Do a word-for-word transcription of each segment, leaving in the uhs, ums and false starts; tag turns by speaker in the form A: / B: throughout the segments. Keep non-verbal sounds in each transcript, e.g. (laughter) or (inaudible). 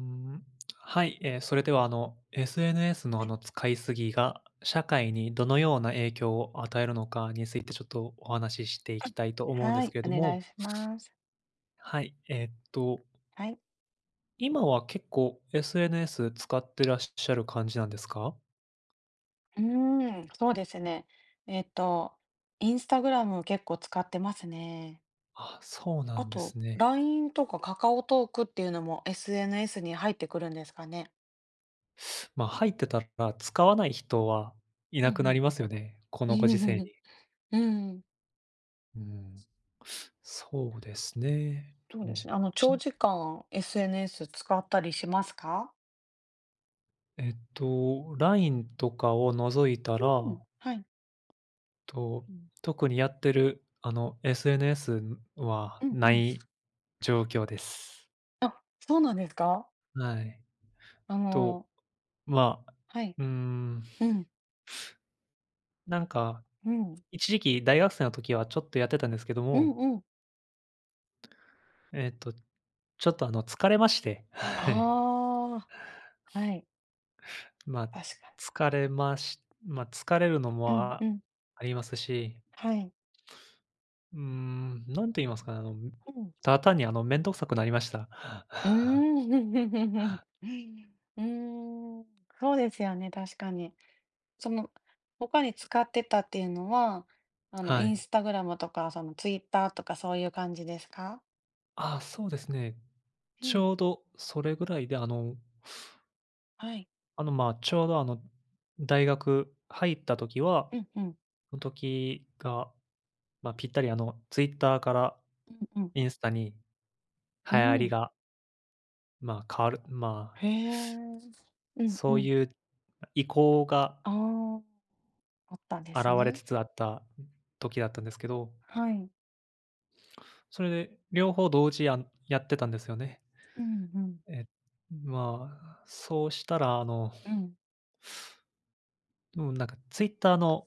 A: うん、はい、えー、それではあの エスエヌエス の
B: は
A: あ
B: い。
A: の使いすぎが社会にどのような影響を与えるのかについてちょっとお話ししていきたいと
B: (coughs)
A: 思うんで
B: は
A: す
B: い、
A: けれ
B: お
A: ど
B: 願
A: も、
B: いします。
A: はい、えーっと、
B: はい。
A: 今は結構 エスエヌエス 使ってらっしゃる感じなんですか？
B: うーん、そうですね。えっと、インスタグラム結構使ってますね。
A: あ、そうな
B: あ
A: んです
B: と、
A: ね。
B: ライン とかカカオトークっていうのも エスエヌエス に入ってくるんですかね。
A: まあ、入ってたら使わない人はい
B: う
A: な
B: ん
A: く
B: う
A: なり
B: ん。
A: ますよね、こ
B: う
A: のご時
B: んう
A: 世
B: んうん。
A: に。
B: (laughs) うん。うん。
A: うん。そうですね。と、
B: そうですね。あの、長
A: ち
B: 時間 エスエヌエス 使ったりしますか？
A: えっと、ライン とかを除いた
B: う
A: ら、
B: ん。はい。
A: と、うん。特にやってる、あの、エスエヌエス は
B: うんう
A: な
B: ん。
A: い状況です。
B: あ、そうなんですか？
A: はい。
B: あ
A: と、
B: の、
A: まあ、
B: はい。
A: うーん、
B: うん。
A: なんか、
B: うん。
A: 一時期大学生の時はちょっとやってたんですけど
B: うん
A: も、
B: うん。
A: えっと、ちょっと、あの、疲れまして、はい。
B: ああ、はい。
A: まあ、
B: 確かに。
A: 疲れましまあ、疲れるの
B: う
A: も
B: んう
A: あ
B: ん。
A: ありますし、
B: はい。
A: うーん、何と言いますかね、あの、
B: うん。
A: ただ
B: (laughs)
A: 単に、あの、面倒くさくなりました。
B: う
A: (laughs)
B: ーん。(laughs) うーん、そうですよね、確かに。その、他に使ってたっていうのは、あの、
A: は
B: イ
A: い。
B: ンスタグラムとか、そのツイッターとかそういう感じですか？
A: ああ、そうですね。
B: う
A: ち
B: ん、
A: ょうどそれぐらいで、あの、
B: はい。
A: あの、まあ、ちょうどあの、大学入った時は、
B: うんうん。
A: その時が、まあ、ぴったりあの、ツイッター から
B: うんうん。
A: インスタに流
B: う
A: 行り
B: ん。
A: が、まあ、変わる、まあ、
B: へえ。うんう
A: そう
B: ん。
A: いう意向が
B: ああ、あったんで
A: 現
B: す
A: れ
B: ね。
A: つつあった時だったんですけど、
B: はい。
A: それで両方同時ややってたんですよね。
B: うんうん。
A: え、まあ、そうしたらあの
B: うん。
A: うん、なんかツイッターの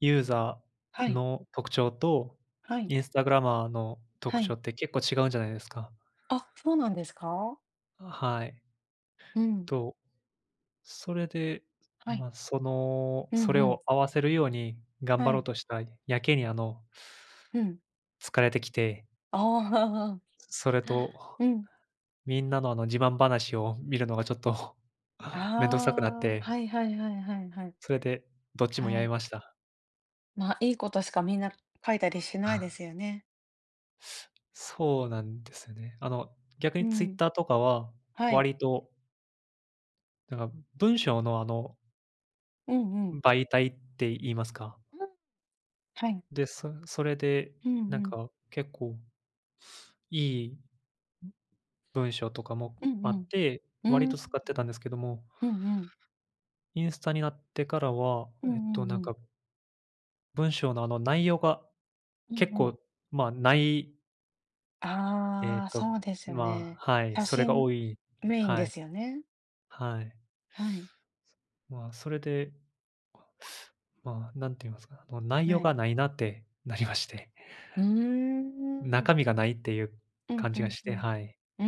A: ユーザ
B: は
A: ー
B: い。
A: の特徴と、
B: はい。
A: インスタグラマーの特
B: は
A: 徴
B: い。
A: って結構違うんじゃないですか。
B: あ、そうなんですか？
A: はい。
B: うん。
A: と、それで、
B: はい。
A: まあ、その、
B: う
A: そ
B: ん
A: れ
B: うん。
A: を合わせるように頑張
B: は
A: ろう
B: い。
A: としたやけに、あの、
B: うん。
A: 疲れてきて、
B: ああ、
A: それと
B: うん。
A: みんなの、あの、自慢話を見るのがちょっと
B: あ
A: (laughs) 面倒くさくなっ
B: あ、
A: て、
B: はいはいはいはいはい。
A: それでどっちも
B: は
A: やめ
B: い。
A: ました。
B: まあ、いいことしかみんな書いたりしない
A: (laughs)
B: ですよね。
A: そうなんですよね。あの、逆
B: う
A: にツイッ
B: ん。
A: ターとかは
B: はい。
A: 割となんか、文章のあの、
B: うんうん。
A: 媒体って言いますか。
B: うん。はい。
A: で、そそれで、
B: うんう
A: なん
B: ん。
A: か、結構いい文章とかも
B: うん
A: あ
B: う
A: っ
B: ん。
A: て、
B: う
A: 割
B: ー
A: と
B: ん。
A: 使ってたんですけども、
B: うんうん。
A: インスタになってからは、
B: うんう
A: えっと、なん
B: んうん。
A: か、文章のあの内容が
B: うん
A: 結
B: うん。
A: 構、まあ、ないえっ
B: ああ、
A: と、
B: そうですよ
A: ま
B: ね。
A: あ、はい、
B: 写
A: それが
B: 真
A: 多い
B: メイン
A: は
B: で
A: い、
B: すよね。
A: はい。
B: はい。
A: まあ、それで、まあ、何て言いますか、あの、内
B: は
A: 容が
B: い。
A: ないなってなりまして、
B: うー
A: 中
B: ん。
A: 身がないっていう
B: うん
A: 感
B: う
A: じが
B: ん
A: し
B: う
A: て、
B: ん。
A: はい。
B: うー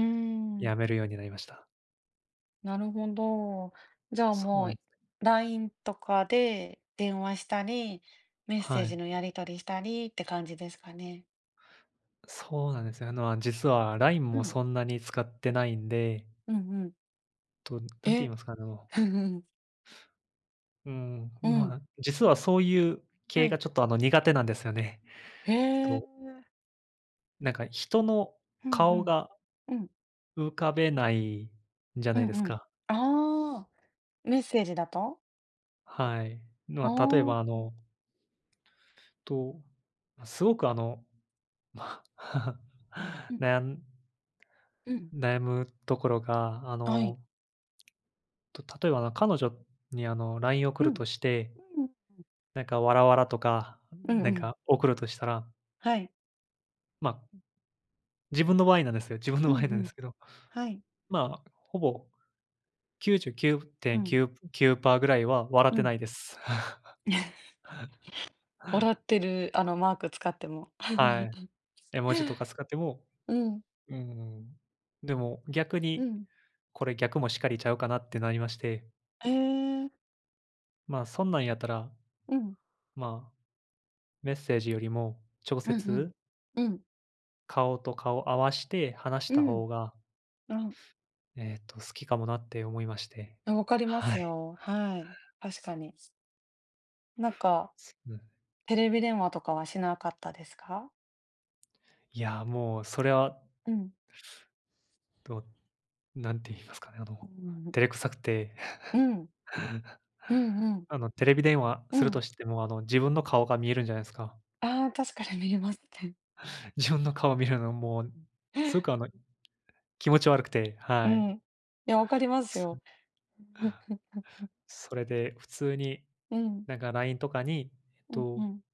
B: ん。
A: やめるようになりました。
B: なるほど。じゃあ
A: そう
B: も
A: な
B: う、
A: ん
B: ライン とかで電話したり、メッセ
A: は
B: ージ
A: い。
B: のやり取りしたりって感じですかね。
A: そうなんですよ。あの、あ、実は ライン
B: う
A: も
B: ん。
A: そんなに使ってないんで、
B: うんうん。
A: と、なんて
B: え、
A: 言いますか、あの、
B: (laughs)、うんうん。
A: うん、
B: う
A: ま
B: ん。
A: あ、実はそういう
B: は
A: 系が
B: い。
A: ちょっと、あの、苦手なんですよね。
B: へ
A: と、
B: え。
A: なんか人の
B: うん
A: 顔
B: うん。
A: が
B: うん。
A: 浮かべないんじゃ
B: う
A: な
B: んう
A: いです
B: ん。
A: か。
B: ああ、メッセージだと。
A: はい。
B: あ
A: まあ、例え
B: あ
A: ば、あ
B: ー。
A: の、と、すごく、あの、ま、(laughs)
B: うん。
A: 悩ん
B: うん。
A: 悩むところが、あ
B: はい。
A: のと、例えば、あの、彼女に、あの、ライン 送
B: う
A: る
B: ん。
A: として、
B: うん。
A: なんか、わらわらとか、
B: うん
A: な
B: う
A: ん
B: ん。
A: か、送るとしたら、
B: はい。
A: まあ、自分の場合なんですよ。自分の
B: うん。
A: 場
B: う
A: 合なんで
B: ん。
A: すけど、
B: はい。
A: まあ、ほぼ
B: うん。
A: きゅうじゅうきゅうてんきゅうきゅうパーぐらいは笑っ
B: う
A: てな
B: ん。
A: いです。
B: (laughs) 笑っ
A: (laughs)
B: てる、あの、マーク使っても。(laughs)
A: はい。絵文字とか使っても、
B: うん。
A: うん。でも、逆
B: う
A: に、
B: ん。
A: これ逆もしかりちゃうかなってなりまして、
B: ええ。
A: まあ、そんなんやったら、
B: うん。
A: まあ、メッセージよりも直
B: うん
A: 接、
B: うん。うん。
A: 顔と顔合わして話し
B: う
A: た
B: ん。
A: 方が
B: うんあわ、
A: えっと、好きかもなって思いまして。
B: 分かりま
A: は
B: す
A: い。
B: よ。はい、確かに。なんか、
A: うん。
B: テレビ電話とかはしなかったですか？
A: いや、もうそれは、
B: うん。
A: と、なんて言いますかね、あ
B: う
A: の、
B: ん。
A: 照れくさくて、
B: うん。
A: (laughs)
B: うんうん。
A: あの、テレビ電話
B: う
A: すると
B: ん。
A: しても、あの、自分の顔が見えるんじゃないですか。
B: ああ、確かに見れますね。
A: (laughs) 自分の顔見るのもう、すごく、あ
B: (laughs)
A: の、気持ち悪くて、
B: う
A: は
B: ん。
A: い。
B: いや、分かりますよ。(laughs)
A: そそれで普通に、
B: うん。
A: なんか ライン とかに、えっ
B: うん
A: と、
B: うん。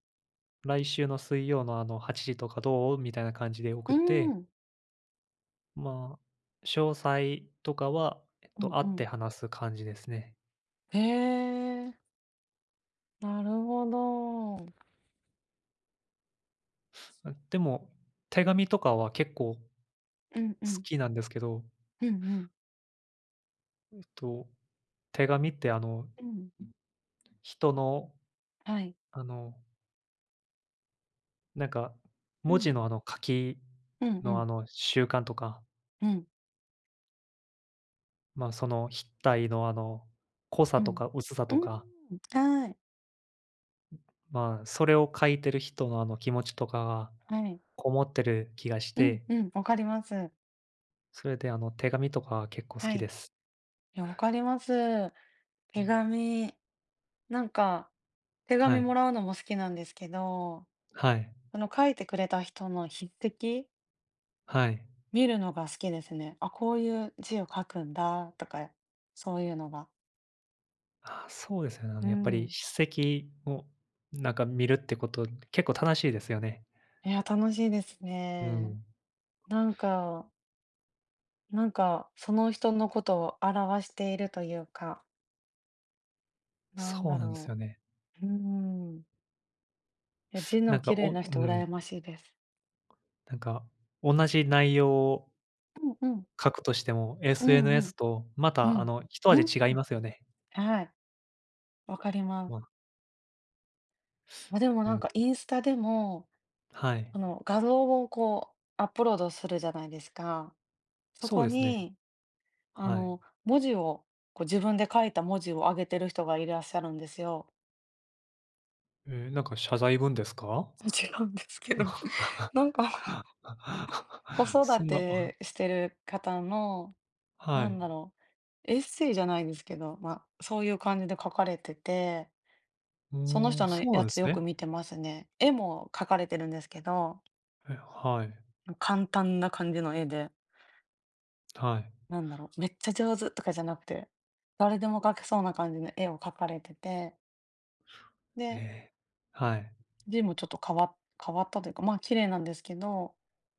A: 来週の水曜の、あの、はちじとかどう？みたいな感じで
B: う
A: 送って
B: ん。
A: まあ、詳細とかは、えっ
B: う
A: と、
B: ん
A: 会
B: う
A: って
B: ん。
A: 話す感じですね。
B: へえ、なるほど。
A: あ、でも、手紙とかは結構好
B: うんうん。
A: きなんですけど、
B: うんうん。
A: えっと、手紙ってあの、
B: うん。
A: 人の、
B: はい。
A: あの、なんか、
B: う
A: 文
B: ん。
A: 字のあの、書き
B: うんう
A: のあ
B: ん。
A: の、習慣とか、
B: うん。
A: まあ、その筆体のあの、濃
B: う
A: さと
B: ん。
A: か薄さ
B: うー
A: とか、
B: ん、はい。
A: まあ、それを書いてる人のあの、気持ちとかが
B: はい。
A: こもってる気がし
B: うん
A: て、
B: うん、わかります。
A: それであの、手紙とかは結構好
B: は
A: き
B: い。い
A: です。
B: や、わかります。
A: う
B: 手
A: ん、
B: 紙、なんか、手
A: は
B: 紙
A: い。
B: もらうのも好きなんですけど、
A: はい、
B: その書いてくれた人の筆跡、
A: はい。
B: 見るのが好きですね。あ、こういう字を書くんだとか、そういうのが。
A: あ、そうですよね。あ
B: う
A: のやっぱり
B: ん。
A: 筆跡をなんか見るってこと、結構楽しいですよね。
B: いや、楽しいです
A: う
B: ね。
A: ん。
B: なんか、なんか、その人のことを表しているというか、なん
A: そう
B: だ
A: なんですよ
B: ろ
A: ね。
B: う。うーん。いや字
A: な
B: の
A: んか、
B: 綺麗
A: お
B: な
A: う
B: 人
A: ん、
B: 羨ましいです。
A: なんか同じ内容を
B: うんうん。
A: 書くとしても、
B: うんう
A: エスエヌエス
B: ん。
A: とま
B: う
A: たあ
B: ん。
A: の一
B: う
A: 味違い
B: ん。
A: ますよね。
B: はい、わかりま
A: まあ、
B: す。あ、でも
A: う
B: なん
A: ん、
B: かインスタでも、
A: はい。
B: あの、画像をこうアップロードするじゃないですか。そ
A: そう
B: こ
A: ですね。
B: に、あ
A: はい。
B: の、文字を、こう自分で書いた文字を上げてる人がいらっしゃるんですよ。
A: えーなんか謝罪文ですか？
B: (laughs) 違うんですけど、(laughs) なんか、 (laughs) 子
A: (laughs) そ
B: 育
A: んな
B: てしてる方の、
A: は
B: なん
A: い。
B: だろう、エッセイじゃないですけど、まあ、そういう感じで書かれてて、
A: う
B: その
A: ーん、
B: 人の
A: そうな
B: や
A: んで
B: つ
A: す
B: よ
A: ね。
B: く見てますね。絵も描かれてるんですけど、
A: え、はい、
B: 簡単な感じの絵で、
A: はい。
B: なんだろう、めっちゃ上手とかじゃなくて、誰でも描けそうな感じの絵を描かれてて、
A: え
B: で、
A: え、はい、
B: 字もちょっと変わ変わったというか、まあ綺麗なんですけど、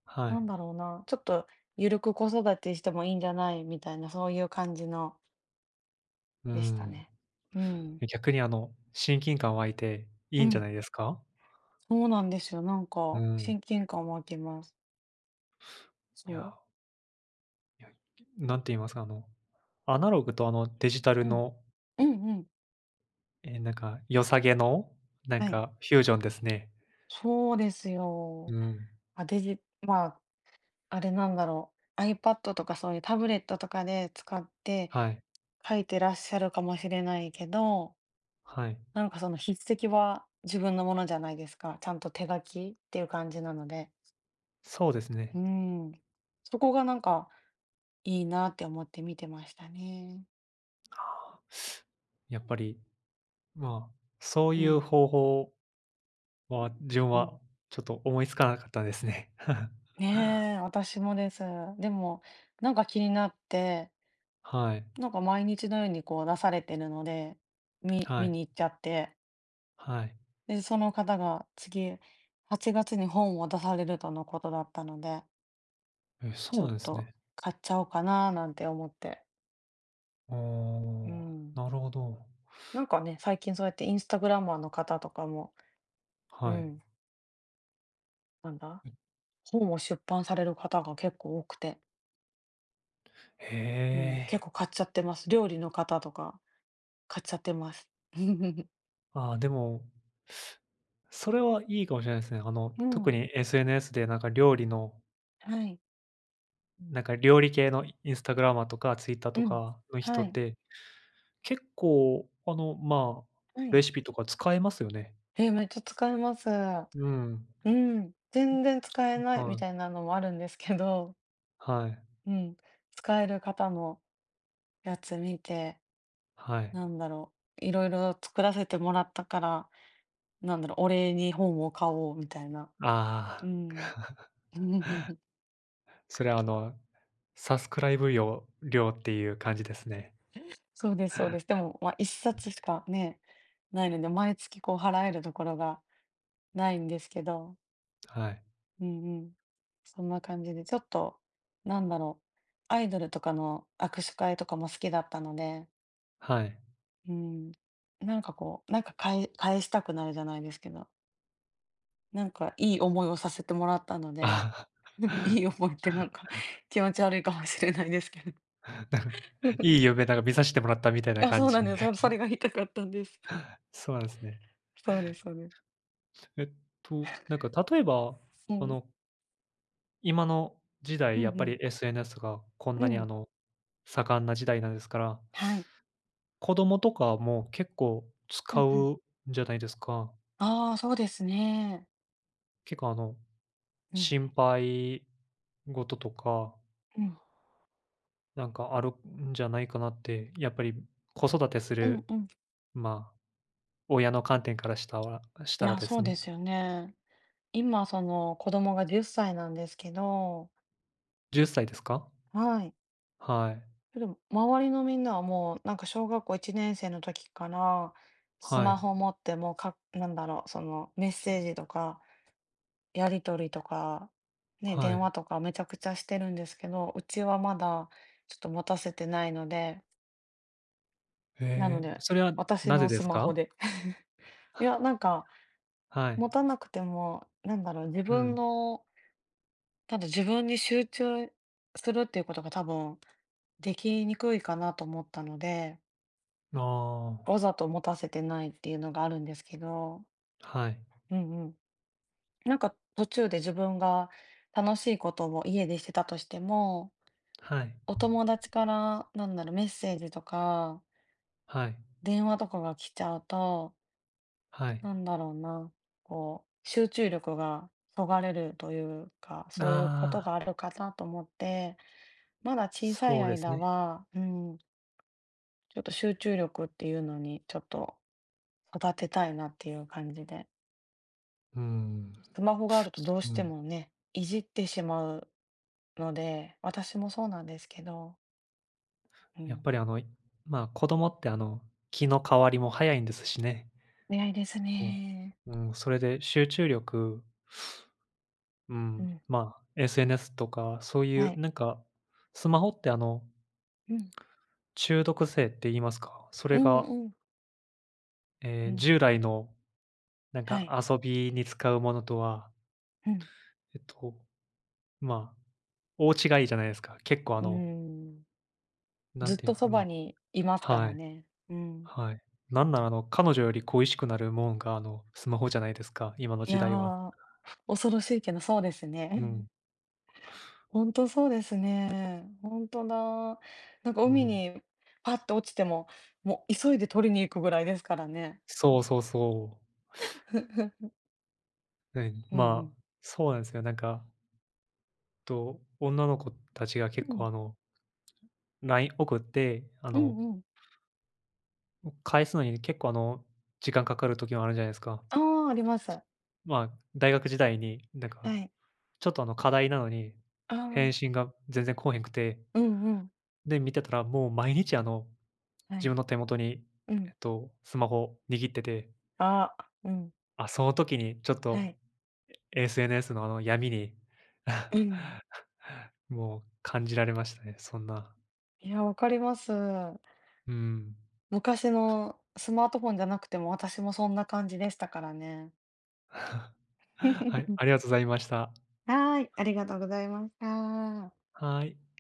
A: は
B: な
A: い。
B: んだろうな、ちょっとゆるく子育てしてもいいんじゃないみたいな、そういう感じの
A: う
B: でした
A: ん。
B: ね。うん。
A: 逆にあの、親近感湧いてい
B: う
A: いんじゃ
B: ん。
A: ないですか？
B: そうなんですよ。なん
A: う
B: か
A: ん。
B: 親近感湧きます。
A: い
B: そ
A: や、
B: う。
A: いや、なんて言いますか、あの、アナログとあのデジタル
B: うん。
A: の、
B: うんうん。
A: え、なんか良さげの、なん
B: はい。
A: かフュージョンですね。
B: そうです
A: う
B: よ。
A: ん。
B: あ、デジまあ、あれなんだろう、iPad とかそういうタブレットとかで使って
A: はい、
B: 書いてらっしゃるかもしれないけど、
A: はい。
B: なんかその筆跡は自分のものじゃないですか。ちゃんと手書きっていう感じなので。
A: そうですね。
B: うん。そこがなんかいいなって思って見てましたね。
A: やっぱり、まあ、そう
B: う
A: いう
B: ん、
A: 方法は自分
B: うん。
A: はちょっと思いつかなかったですね。(laughs)
B: ねえ、私もです。でも、なんか気になって、
A: はい、
B: なんか毎日のようにこう出されてるので、見
A: は
B: 見
A: い、
B: に行っちゃって。
A: はい。
B: で、その方が次、はちがつに本を出されるとのことだったので、
A: え、そ
B: ち
A: う
B: ょ
A: なん
B: っ
A: です
B: と
A: ね。
B: 買っちゃおうかななんて思って。
A: お
B: う
A: ー
B: ん。
A: なるほど。
B: なんかね、最近そうやってインスタグラマーの方とかも、う
A: はい。
B: ん、なんだ、本を出版される方が結構多くて、
A: へ
B: うん、
A: え。
B: 結構買っちゃってます。料理の方とか買っちゃってます。(laughs)
A: ああ、でも、それはいいかもしれないですね。あの、
B: う
A: 特
B: ん、
A: に エスエヌエス でなんか料理の、
B: はい、
A: なんか料理系のインスタグラマーとかツイッター
B: う
A: と
B: ん、
A: かの人
B: は
A: っ
B: い、
A: て、結構、あの、まあ、
B: は
A: レ
B: い。
A: シピとか使えますよね。
B: え、めっちゃ使えます。
A: うん。
B: うん、全然
A: そ
B: 使えな
A: こ
B: いみ
A: はい。
B: たいなのもあるんですけど、
A: はい。
B: うん、使える方のやつ見て、
A: はい。
B: なんだろう、いろいろ作らせてもらったから、なんだろう、お礼に本を買おうみたいな。う
A: あ
B: ん。
A: あ。(laughs)
B: (laughs)
A: それはあの、サスクライブ料料っていう感じですね。
B: そうですそうです。でも、まあ、一冊しかね、ないので、毎月こう払えるところがないんですけど、
A: はい。
B: うんうん。そんな感じで、ちょっと、なんだろう、アイドルとかの握手会とかも好きだったので、
A: はい。
B: うん、なんかこう、なんか返返したくなるじゃないですけど、なんかいい思いをさせてもらったので、(laughs)
A: あ
B: いい思いって
A: (laughs)。
B: なんか、 (laughs) 気持ち悪いかもしれないですけど。
A: (laughs) いい
B: (laughs)
A: 夢、なんか見させてもらったみたいな
B: あ、
A: 感
B: そう
A: じ。
B: なんです。そ
A: (laughs)
B: それが言いたかったんです。
A: そうなんですね。
B: そうですそうです。
A: えっと、なんか例えば、
B: う
A: あ
B: ん。
A: の、今の時
B: う
A: 代、やっ
B: んう
A: ぱり
B: ん。
A: エスエヌエス がこん
B: う
A: なにあ
B: ん。
A: の、盛んな時代なんですから、
B: はい。
A: 子供とかも結構
B: う
A: 使
B: んうん。
A: うんじゃないですか。
B: ああ、そうですね。
A: 結構あの、
B: うん、
A: 心配事とか、
B: うん。
A: なんかあるんじゃないかなって、やっぱり子育てす
B: うん
A: る、
B: うん。
A: まあ、親の観点からしたらし
B: い
A: たら
B: や、
A: で
B: そ
A: す
B: うで
A: ね。
B: すよね。今その子供がじゅっさいなんですけど。
A: じゅっさいですか？
B: はい。
A: はい。
B: でも、周りのみんなはもう、なんか小学校いちねん生の時から、ス
A: は
B: マ
A: い。
B: ホ持ってもうかなんだろう、その、メッセージとか、やり取りとか、ね、
A: は
B: 電
A: い。
B: 話とかめちゃくちゃしてるんですけど、うちはまだちょっと持たせてないので、なの
A: へえ、
B: で、
A: それは
B: 私
A: なぜ
B: の
A: で
B: ス
A: す
B: マホ
A: か？
B: で。(laughs)
A: (laughs)
B: い
A: は、
B: や、なんか、
A: は
B: 持
A: い。
B: たなくても、なんだろう、自
A: う
B: 分
A: ん。
B: の、ただ自分に集中するっていうことが多分、できにくいかなと思ったので、
A: あ
B: わ
A: あ、
B: ざと持たせてないっていうのがあるんですけど、
A: はい。
B: うんうん。なんか途中で自分が楽しいことを家でしてたとしても、
A: はい。
B: お友達からなんだろう、メッセージとか
A: はい。
B: 電話とかが来ちゃうと、
A: はい。
B: なんだろうな、こう集中力がそがれるというか、そういうこ
A: あ
B: と
A: あ、
B: があるかなと思って、まだ小さい
A: そうです
B: 間
A: ね。
B: は、うん、ちょっと集中力っていうのにちょっと育てたいなっていう感じで。
A: うーん。
B: スマホがあるとどうし
A: う
B: て
A: ん。
B: もね、いじってしまうので、私もそうなんですけど、う
A: やっ
B: ん。
A: ぱりあの、まあ、子供ってあの、気の変わりも早いんですしね。
B: 早いです
A: こ
B: ね。
A: う、うん、それで集中力、う
B: う
A: ん、
B: ん、
A: まあ、エスエヌエス とかそうい
B: は
A: う
B: い。
A: なんか、スマホってあの、
B: うん。
A: 中毒性って言いますか、そ
B: う
A: れ
B: ん
A: が、
B: うん。
A: え
B: う
A: え、
B: ん、
A: 従来のなん
B: は
A: か
B: い。
A: 遊びに使うものとは、
B: うん。
A: えっと、まあ、大違いじゃないですか。結構あ
B: うー
A: の、
B: ん。
A: なん
B: ずっ
A: ていう
B: と
A: のか
B: そ
A: な、ま
B: ばにいます
A: あ
B: か
A: は
B: ら
A: い、
B: ね。うん。
A: はい。なんならあの、彼女より恋しくなるもんがあの、スマホじゃないですか、今の
B: い
A: 時代は。
B: や、恐ろしいけどそうです
A: う
B: ね。(laughs)
A: ん、
B: ほんとそうですね。ほんとだ。なんか
A: う
B: 海
A: ん。
B: にパッと落ちても、もう急いで取りに行くぐらいですからね。
A: そうそうそう。
B: (laughs)
A: ね、
B: うんう
A: ま
B: ん。
A: あ、そうなんですよ。なんか、と、女の子たちが結
B: うん。う
A: 構
B: ん。
A: あの、ライン 送って、あ
B: うん
A: の、
B: うん。
A: 返すのに結構あの、時間かかる時もあるじゃないですか。
B: ああ、あります。
A: まあ、大学時代になんか
B: はい。
A: ちょっとあの課題なのに、
B: ああ、
A: 返信が全然来おへんくて、
B: うんうん。
A: で、見てたらもう毎日あの、
B: は
A: 自分
B: い。
A: の手元に、
B: う
A: えっ
B: ん。
A: と、スマホ握ってて、
B: ああ、うん。
A: あ、その時にちょっ
B: は
A: と
B: い。
A: エスエヌエス のあの闇に
B: うん。
A: (laughs)、もう感じられましたね、そんな。
B: いや、わかります。
A: うん。
B: 昔のスマートフォンじゃなくても、私もそんな感じでしたからね。
A: (laughs) はい、ありがと
B: (laughs)
A: うございました。
B: はい、ありがとうございました。
A: はい。